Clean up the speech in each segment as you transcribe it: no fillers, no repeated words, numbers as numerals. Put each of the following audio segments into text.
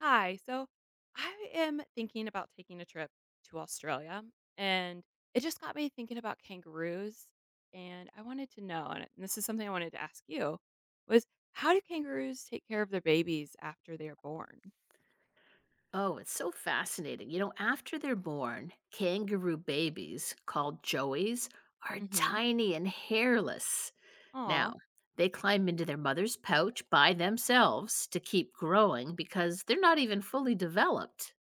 Hi. I am thinking about taking a trip to Australia, and it just got me thinking about kangaroos. And I wanted to know, and this is something I wanted to ask you, was how do kangaroos take care of their babies after they are born? Oh, it's so fascinating. You know, after they're born, kangaroo babies called joeys are Mm-hmm. tiny and hairless. Aw. Now, they climb into their mother's pouch by themselves to keep growing because they're not even fully developed.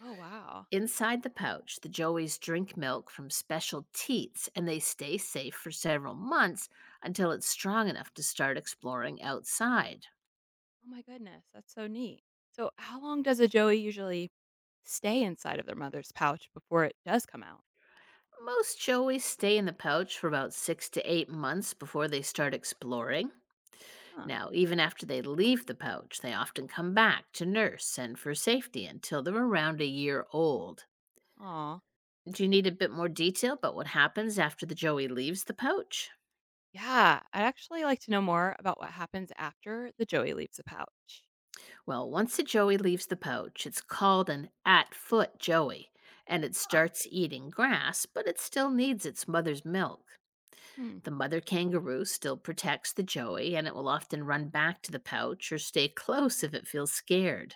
Oh, wow. Inside the pouch, the joeys drink milk from special teats and they stay safe for several months until it's strong enough to start exploring outside. Oh, my goodness. That's so neat. So, how long does a joey usually stay inside of their mother's pouch before it does come out? Most joeys stay in the pouch for about 6 to 8 months before they start exploring. Huh. Now, even after they leave the pouch, they often come back to nurse and for safety until they're around a year old. Aw. Do you need a bit more detail about what happens after the joey leaves the pouch? Yeah, I'd actually like to know more about what happens after the joey leaves the pouch. Well, once the joey leaves the pouch, it's called an at foot joey, and it Oh. starts eating grass, but it still needs its mother's milk. Hmm. The mother kangaroo still protects the joey and it will often run back to the pouch or stay close if it feels scared.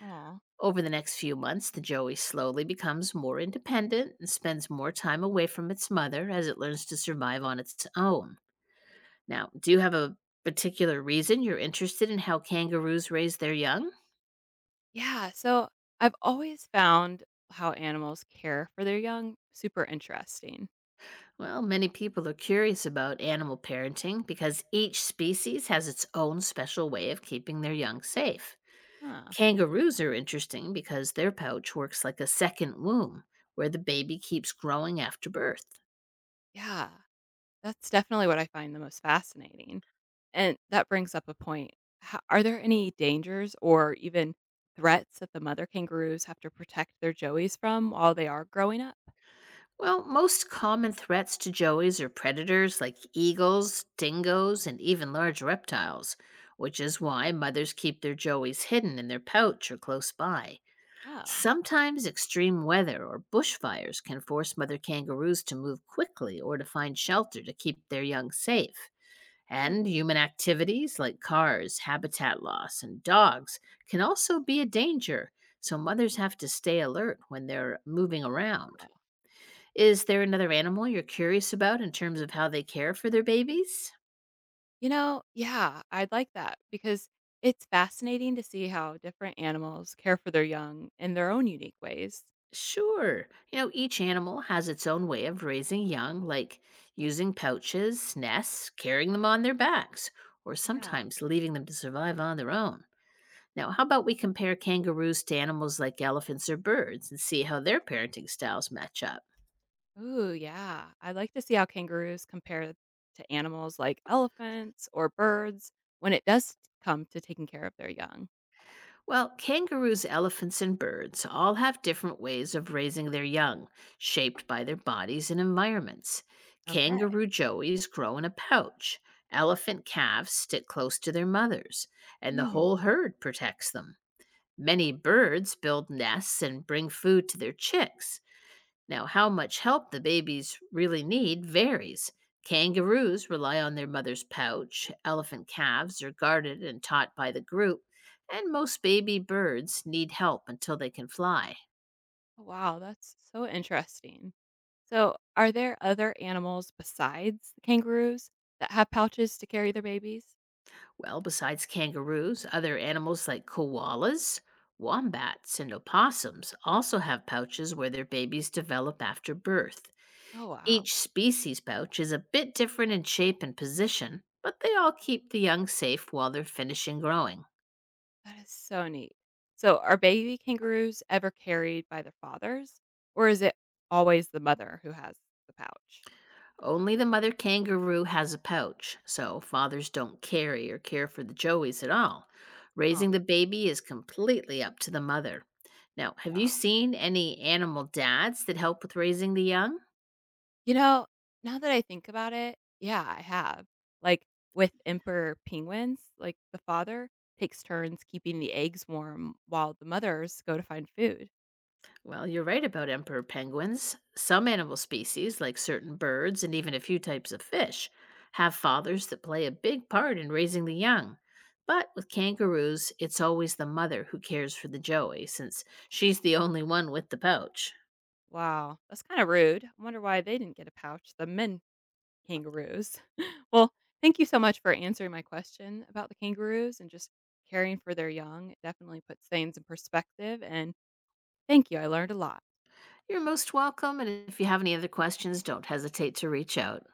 Aw. Over the next few months, the joey slowly becomes more independent and spends more time away from its mother as it learns to survive on its own. Now, do you have a particular reason you're interested in how kangaroos raise their young? Yeah, so I've always found how animals care for their young super interesting. Well, many people are curious about animal parenting because each species has its own special way of keeping their young safe. Huh. Kangaroos are interesting because their pouch works like a second womb where the baby keeps growing after birth. Yeah, that's definitely what I find the most fascinating. And that brings up a point. Are there any dangers or even threats that the mother kangaroos have to protect their joeys from while they are growing up? Well, most common threats to joeys are predators like eagles, dingoes, and even large reptiles, which is why mothers keep their joeys hidden in their pouch or close by. Oh. Sometimes extreme weather or bushfires can force mother kangaroos to move quickly or to find shelter to keep their young safe. Hmm. And human activities like cars, habitat loss, and dogs can also be a danger, so mothers have to stay alert when they're moving around. Is there another animal you're curious about in terms of how they care for their babies? You know, yeah, I'd like that because it's fascinating to see how different animals care for their young in their own unique ways. Sure. You know, each animal has its own way of raising young, like using pouches, nests, carrying them on their backs, or Yeah. sometimes leaving them to survive on their own. Now, how about we compare kangaroos to animals like elephants or birds and see how their parenting styles match up? Ooh, yeah. I'd like to see how kangaroos compare to animals like elephants or birds when it does come to taking care of their young. Well, kangaroos, elephants, and birds all have different ways of raising their young, shaped by their bodies and environments. Okay. Kangaroo joeys grow in a pouch. Elephant calves stick close to their mothers, and the Mm. whole herd protects them. Many birds build nests and bring food to their chicks. Now, how much help the babies really need varies. Kangaroos rely on their mother's pouch, elephant calves are guarded and taught by the group, and most baby birds need help until they can fly. Wow, that's so interesting. So, are there other animals besides the kangaroos that have pouches to carry their babies? Well, besides kangaroos, other animals like koalas, wombats, and opossums also have pouches where their babies develop after birth. Oh, wow. Each species pouch is a bit different in shape and position, but they all keep the young safe while they're finishing growing. That is so neat. So, are baby kangaroos ever carried by their fathers, or is it always the mother who has the pouch? Only the mother kangaroo has a pouch, so fathers don't carry or care for the joeys at all. Oh, Raising the baby is completely up to the mother. Now, have you wow. seen any animal dads that help with raising the young? You know, now that I think about it, yeah, I have. Like with emperor penguins, like the father takes turns keeping the eggs warm while the mothers go to find food. Well, you're right about emperor penguins. Some animal species, like certain birds and even a few types of fish, have fathers that play a big part in raising the young. But with kangaroos, it's always the mother who cares for the joey, since she's the only one with the pouch. Wow, that's kind of rude. I wonder why they didn't get a pouch. The men. Kangaroos. Well, thank you so much for answering my question about the kangaroos and just caring for their young. It definitely puts things in perspective, and thank you. I learned a lot. You're most welcome. And if you have any other questions, don't hesitate to reach out.